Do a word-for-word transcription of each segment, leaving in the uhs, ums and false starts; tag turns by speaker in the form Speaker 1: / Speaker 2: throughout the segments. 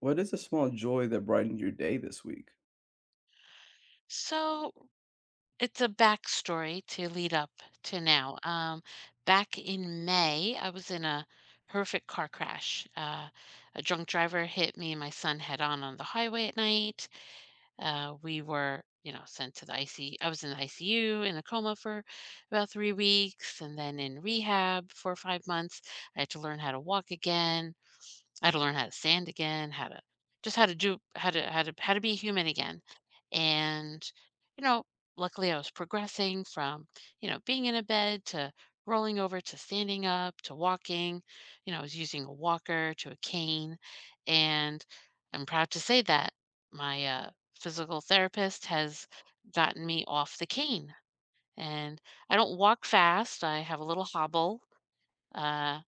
Speaker 1: What is a small joy that brightened your day this week?
Speaker 2: So it's a backstory to lead up to now. Um, back in May, I was in a horrific car crash. Uh, a drunk driver hit me and my son head on on the highway at night. Uh, we were, you know, sent to the I C. I was in the I C U in a coma for about three weeks, and then in rehab for five months. I had to learn how to walk again. I had to learn how to stand again, how to just how to do how to how to how to be human again. And, you know, luckily I was progressing from, you know, being in a bed to rolling over to standing up to walking. You know, I was using a walker to a cane. And I'm proud to say that my uh, physical therapist has gotten me off the cane. And I don't walk fast. I have a little hobble. Uh,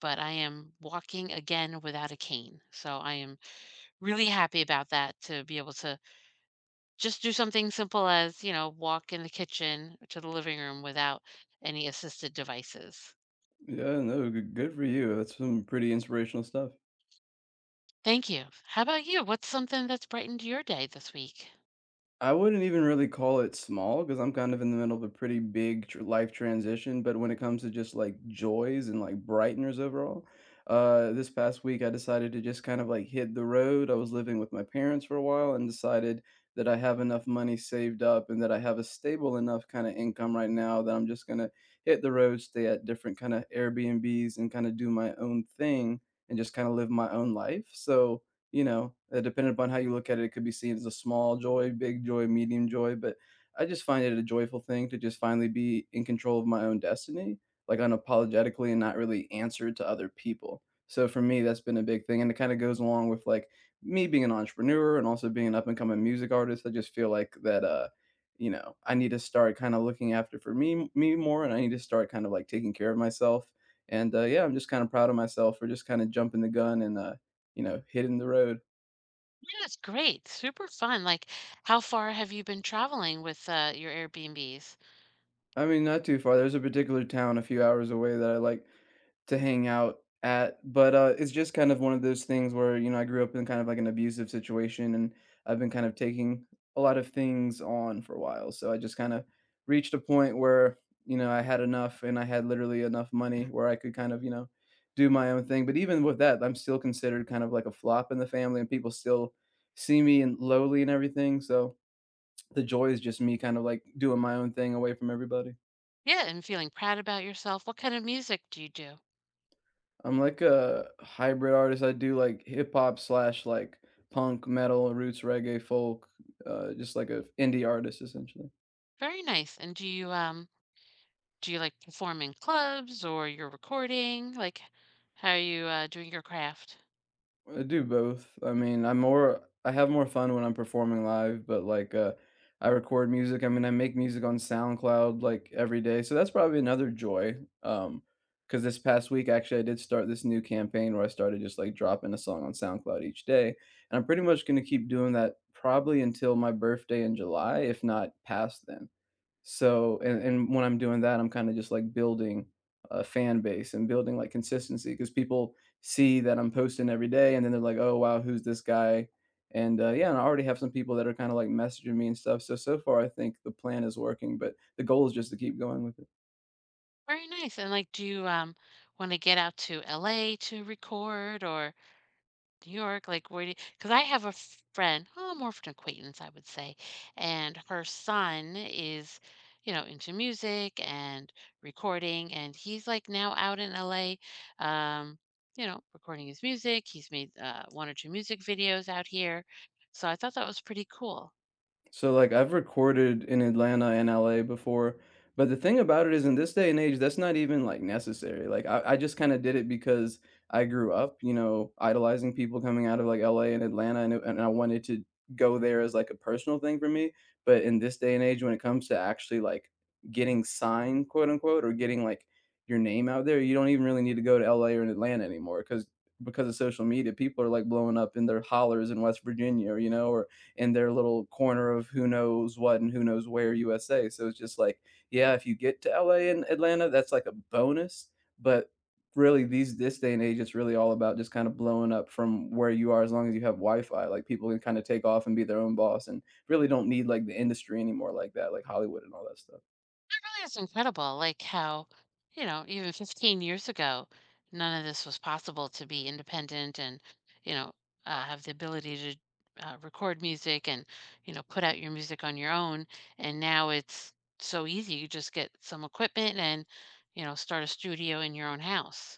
Speaker 2: but I am walking again without a cane. So I am really happy about that, to be able to just do something simple as, you know, walk in the kitchen to the living room without any assisted devices.
Speaker 1: Yeah, no, g- good for you. That's some pretty inspirational stuff.
Speaker 2: Thank you. How about you? What's something that's brightened your day this week?
Speaker 1: I wouldn't even really call it small because I'm kind of in the middle of a pretty big tr- life transition. But when it comes to just like joys and like brighteners overall, uh, this past week I decided to just kind of like hit the road. I was living with my parents for a while and decided that I have enough money saved up and that I have a stable enough kind of income right now that I'm just gonna hit the road, stay at different kind of Airbnbs and kind of do my own thing and just kind of live my own life. So you know, uh, depending upon how you look at it, it could be seen as a small joy, big joy, medium joy, but I just find it a joyful thing to just finally be in control of my own destiny, like unapologetically and not really answer to other people. So for me, that's been a big thing. And it kind of goes along with like me being an entrepreneur and also being an up and coming music artist. I just feel like that, uh, you know, I need to start kind of looking after for me, me more, and I need to start kind of like taking care of myself. And uh, yeah, I'm just kind of proud of myself for just kind of jumping the gun and uh, you know, hitting the road.
Speaker 2: Yeah, that's great. Super fun. Like, how far have you been traveling with uh, your Airbnbs?
Speaker 1: I mean, not too far. There's a particular town a few hours away that I like to hang out at, but, uh, it's just kind of one of those things where, you know, I grew up in kind of like an abusive situation, and I've been kind of taking a lot of things on for a while, so I just kinda reached a point where, you know, I had enough, and I had literally enough money where I could kind of, you know, do my own thing, but even with that, I'm still considered kind of like a flop in the family, and people still see me and lowly and everything, so the joy is just me kind of, like, doing my own thing away from everybody.
Speaker 2: Yeah, and feeling proud about yourself. What kind of music do you do?
Speaker 1: I'm like a hybrid artist, I do, like, hip hop slash, like, punk, metal, roots, reggae, folk, uh, just like a indie artist, essentially.
Speaker 2: Very nice. And do you um do you like perform in clubs or you're recording? Like, how are you uh, doing your craft?
Speaker 1: I do both. I mean, I'm more I have more fun when I'm performing live, but like uh I record music. I mean, I make music on SoundCloud like every day. So that's probably another joy. Um Cuz this past week actually I did start this new campaign where I started just like dropping a song on SoundCloud each day, and I'm pretty much going to keep doing that probably until my birthday in July, if not past then. So and and when I'm doing that, I'm kinda just, like, building a fan base and building, like, consistency because people see that I'm posting every day, and then they're like, "Oh, wow, who's this guy?" And, uh, yeah, and I already have some people that are kinda, like, messaging me and stuff. So, so far, I think the plan is working, but the goal is just to keep going with it.
Speaker 2: Very nice. And like, do you um want to get out to L A to record or New York? Like, where do you? Because I have a f- friend, oh, more of an acquaintance, I would say, and her son is, you know, into music and recording, and he's like now out in L A. Um, you know, recording his music. He's made uh, one or two music videos out here. So I thought that was pretty cool.
Speaker 1: So, like, I've recorded in Atlanta and L A before, but the thing about it is in this day and age, that's not even like necessary. Like, I, I just kind of did it because I grew up, you know, idolizing people coming out of like L A and Atlanta, and, it- and I wanted to go there as like a personal thing for me. But in this day and age, when it comes to actually like getting signed, quote unquote, or getting like your name out there, you don't even really need to go to L A or in Atlanta anymore because because of social media, people are like blowing up in their hollers in West Virginia, or you know, or in their little corner of who knows what and who knows where U S A. So it's just like, yeah, if you get to L A and Atlanta, that's like a bonus. But really these this day and age it's really all about just kind of blowing up from where you are as long as you have Wi-Fi. Like people can kind of take off and be their own boss and really don't need like the industry anymore like that, like Hollywood and all that stuff.
Speaker 2: It's incredible, like how, you know, even fifteen years ago, none of this was possible to be independent and, you know, uh, have the ability to uh, record music and, you know, put out your music on your own. And now it's so easy. You just get some equipment and, you know, start a studio in your own house.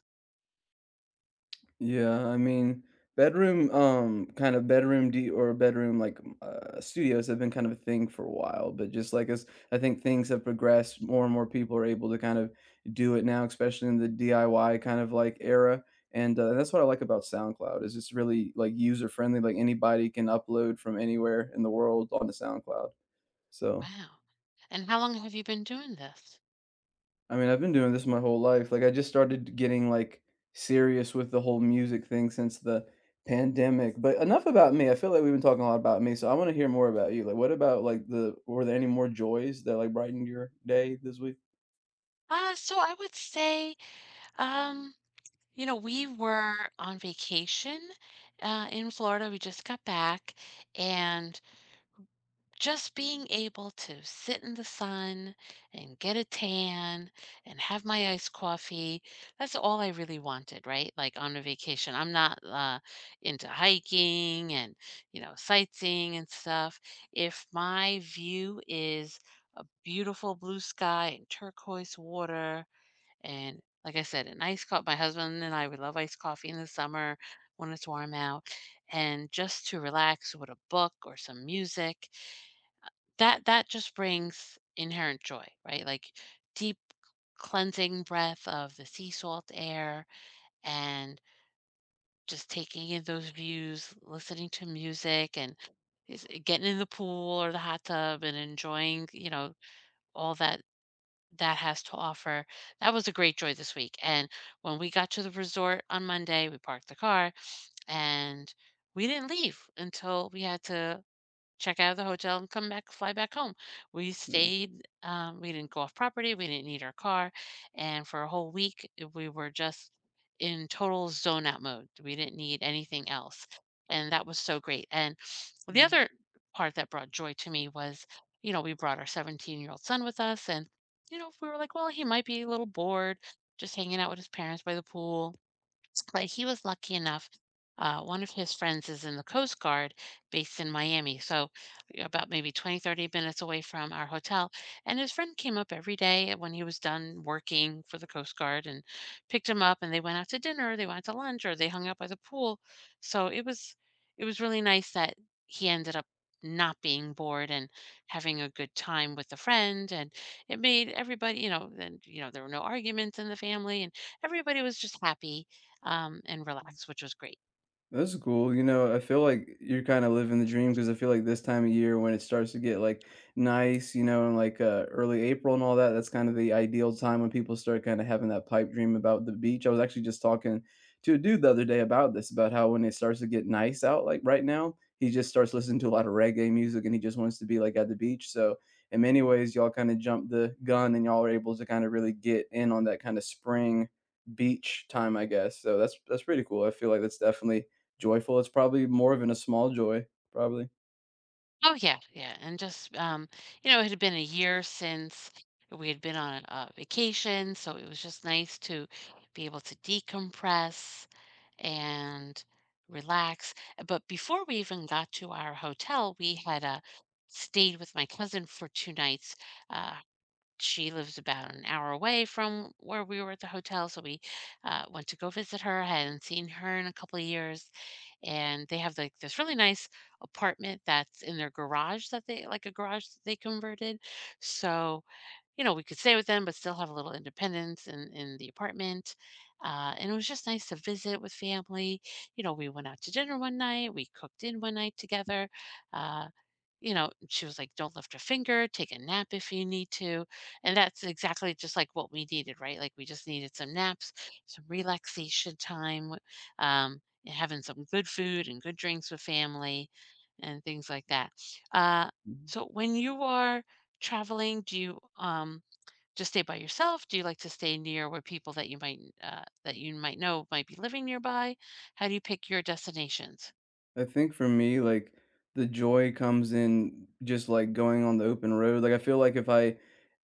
Speaker 1: Yeah, I mean, bedroom, um, kind of bedroom de or bedroom like m- uh, studios have been kind of a thing for a while, but just like as I think things have progressed, more and more people are able to kind of do it now, especially in the D I Y kind of like era. And uh, that's what I like about SoundCloud is it's really like user friendly. Like anybody can upload from anywhere in the world onto SoundCloud. So,
Speaker 2: Wow. And how long have you been doing this?
Speaker 1: I mean, I've been doing this my whole life. Like, I just started getting, like, serious with the whole music thing since the pandemic. But enough about me. I feel like we've been talking a lot about me, so I wanna hear more about you. Like, what about, like, the were there any more joys that, like, brightened your day this week?
Speaker 2: Uh, so I would say, um, you know, we were on vacation uh, in Florida. We just got back, and just being able to sit in the sun and get a tan and have my iced coffee, that's all I really wanted, right? Like on a vacation. I'm not uh, into hiking and, you know, sightseeing and stuff. If my view is a beautiful blue sky and turquoise water, and like I said, an iced co my husband and I, we love iced coffee in the summer when it's warm out, and just to relax with a book or some music, that that just brings inherent joy, right? Like deep cleansing breath of the sea salt air and just taking in those views, listening to music and is getting in the pool or the hot tub and enjoying, you know, all that that has to offer. That was a great joy this week. And when we got to the resort on Monday, we parked the car and we didn't leave until we had to check out of the hotel and come back, fly back home. We
Speaker 1: Nice.
Speaker 2: stayed, um, we didn't go off property, we didn't need our car. And for a whole week, uh, we were just in total zone out mode. We didn't need anything else. And that was so great. And the other part that brought joy to me was, you know, we brought our seventeen year old son with us. And, you know, we were like, well, he might be a little bored just hanging out with his parents by the pool, but he was lucky enough. Uh, one of his friends is in the Coast Guard based in Miami, so yeah, about maybe twenty, thirty minutes away from our hotel. And his friend came up every day when he was done working for the Coast Guard and picked him up. And they went out to dinner, they went out to lunch, or they hung out by the pool. So it was it was really nice that he ended up not being bored and having a good time with a friend. And it made everybody, you know, then you know there were no arguments in the family, and everybody was just happy um, and relax, which was great.
Speaker 1: That's cool. You know, I feel like you're kind of living the dream because I feel like this time of year when it starts to get like nice, you know, and like uh, early April and all that, that's kind of the ideal time when people start kind of having that pipe dream about the beach. I was actually just talking to a dude the other day about this, about how when it starts to get nice out, like right now, he just starts listening to a lot of reggae music and he just wants to be like at the beach. So, in many ways, y'all kind of jumped the gun and y'all are able to kind of really get in on that kind of spring beach time, I guess. So that's that's pretty cool. I feel like that's definitely joyful, it's probably more of in a small joy, probably.
Speaker 2: Oh yeah, yeah, and just um, you know, it had been a year since we had been on a, a vacation, so it was just nice to be able to decompress and relax. But before we even got to our hotel, we had uh, stayed with my cousin for two nights. Uh, she lives about an hour away from where we were at the hotel, so we uh, went to go visit her. I hadn't seen her in a couple of years and they have like this really nice apartment that's in their garage that they like a garage that they converted. So you know, we could stay with them, but still have a little independence in, in the apartment. Uh, and it was just nice to visit with family. You know, we went out to dinner one night, we cooked in one night together. Uh, you know, she was like, don't lift a finger, take a nap if you need to. And that's exactly just like what we needed, right? Like we just needed some naps, some relaxation time, um, and having some good food and good drinks with family and things like that. Uh,
Speaker 1: Mm.
Speaker 2: so when you are traveling? Do you, um, just stay by yourself? Do you like to stay near where people that you might, uh, that you might know might be living nearby? How do you pick your destinations?
Speaker 1: I think for me, like the joy comes in just like going on the open road. Like I feel like if I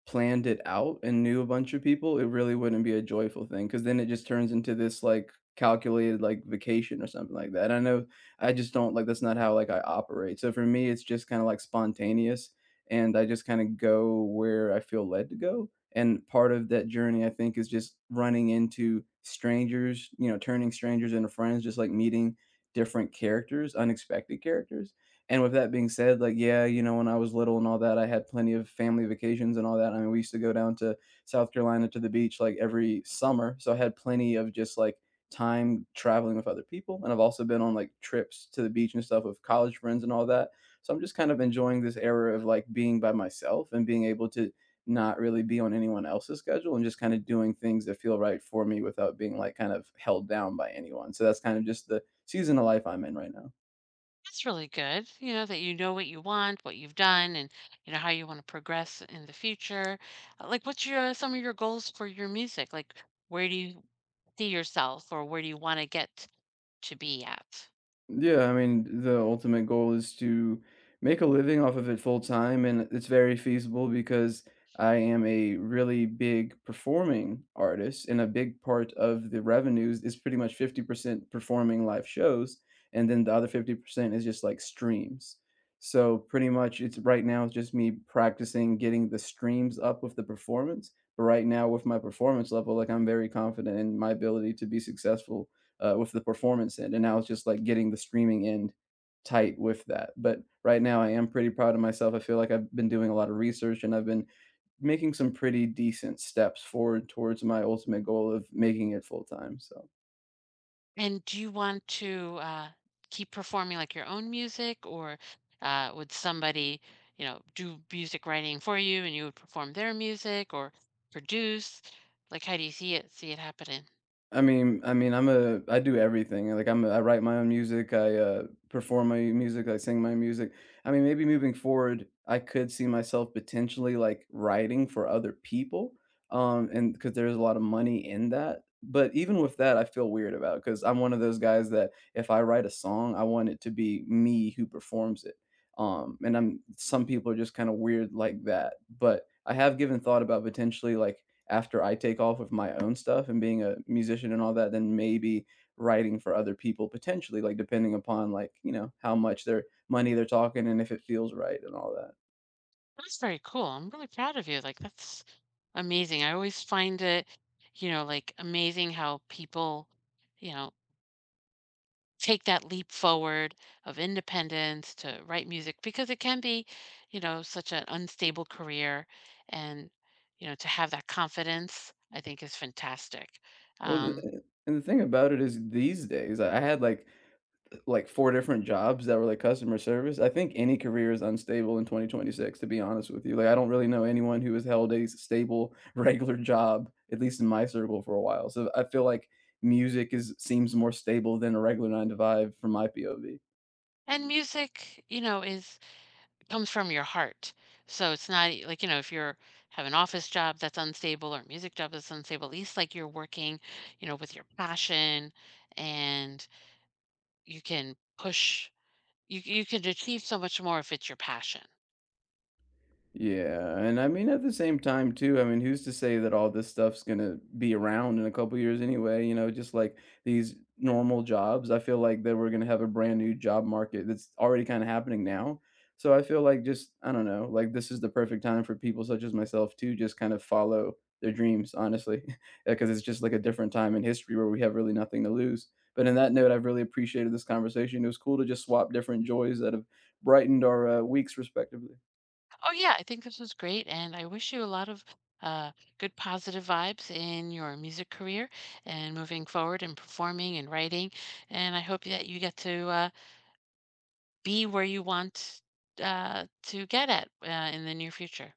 Speaker 1: planned it out and knew a bunch of people, it really wouldn't be a joyful thing because then it just turns into this like calculated like vacation or something like that. I know I just don't like that's not how like I operate. So for me, it's just kind of like spontaneous and I just kind of go where I feel led to go. And part of that journey, I think, is just running into strangers, you know, turning strangers into friends, just like meeting different characters, unexpected characters, and with that being said, like, yeah, you know, when I was little and all that, I had plenty of family vacations and all that, I mean, we used to go down to South Carolina to the beach, like, every summer, so I had plenty of just, like, time traveling with other people, and I've also been on, like, trips to the beach and stuff with college friends and all that, so I'm just kind of enjoying this era of, like, being by myself and being able to not really be on anyone else's schedule and just kinda doing things that feel right for me without being, like, kind of held down by anyone, so that's kind of just the season of life I'm in right now.
Speaker 2: That's really good, you know, that you know what you want, what you've done, and you know how you want to progress in the future. Uh, Like, what's your uh, some of your goals for your music? Like, where do you see yourself, or where do you want to get to be at?
Speaker 1: Yeah, I mean, the ultimate goal is to make a living off of it full time, and it's very feasible because I am a really big performing artist, and a big part of the revenues is pretty much fifty percent performing live shows, and then the other fifty percent is just like streams. So pretty much it's right now it's just me practicing getting the streams up with the performance. But right now with my performance level, like I'm very confident in my ability to be successful uh, with the performance end. And now it's just like getting the streaming end tight with that. But right now, I am pretty proud of myself. I feel like I've been doing a lot of research and I've been making some pretty decent steps forward towards my ultimate goal of making it full time. So.
Speaker 2: And do you want to uh, keep performing like your own music, or uh, would somebody, you know, do music writing for you and you would perform their music or produce? Like, how do you see it see it happening?
Speaker 1: I mean I mean, I'm a I do everything, like, I'm a I write my own music, I, uh, perform my music, I sing my music. I mean, maybe moving forward, I could see myself potentially, like, writing for other people, um, and because there's a lot of money in that, but even with that, I feel weird about because 'cause I'm one of those guys that if I write a song, I want it to be me who performs it, um, and I'm some people are just kinda weird like that, but I have given thought about potentially, like, after I take off with my own stuff and being a musician and all that, then maybe writing for other people potentially, like depending upon like, you know, how much their money they're talking and if it feels right and all that.
Speaker 2: That's very cool. I'm really proud of you. Like, that's amazing. I always find it, you know, like amazing how people, you know, take that leap forward of independence to write music because it can be, you know, such an unstable career. And, you know, to have that confidence, I think is fantastic.
Speaker 1: Well, the,
Speaker 2: Um,
Speaker 1: eh, and the thing about it is these days I I had like like four different jobs that were, like, customer service, I think any career is unstable in twenty twenty-six, to be honest with you. Like, I don't really know anyone who has held a stable, regular job, at least in my circle, for a while. So I feel like music is seems more stable than a regular nine to five from my P O V.
Speaker 2: and music, you know, is comes from your heart. So it's not e, like, you know, if you're have an office job that's unstable or a music job that's unstable, at least like you're working, you know, with your passion and you can push You you can achieve so much more if it's your passion.
Speaker 1: Yeah, and I mean at the same time too, I mean, who's to say that all this stuff's gonna be around in a couple years anyway, you know, just like these normal jobs. I feel like that we're gonna have a brand new job market that's already kind of happening now. So I feel like just I don't know, like this is the perfect time for people such as myself to just kind of follow their dreams, honestly, because it's just like a different time in history where we have really nothing to lose. But in that note, I've really appreciated this conversation. It was cool to just swap different joys that have brightened our uh, weeks respectively.
Speaker 2: Oh, yeah, I think this was great, and I wish you a lot of, uh, good positive vibes in your music career and moving forward and performing and writing, and I hope that you get to, uh be where you want uh, to get at uh, in the near future.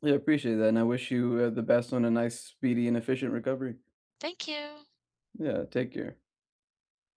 Speaker 1: Yeah, I appreciate that, and I wish you, uh, the best on a nice, speedy, and efficient recovery.
Speaker 2: Thank you.
Speaker 1: Yeah, take care.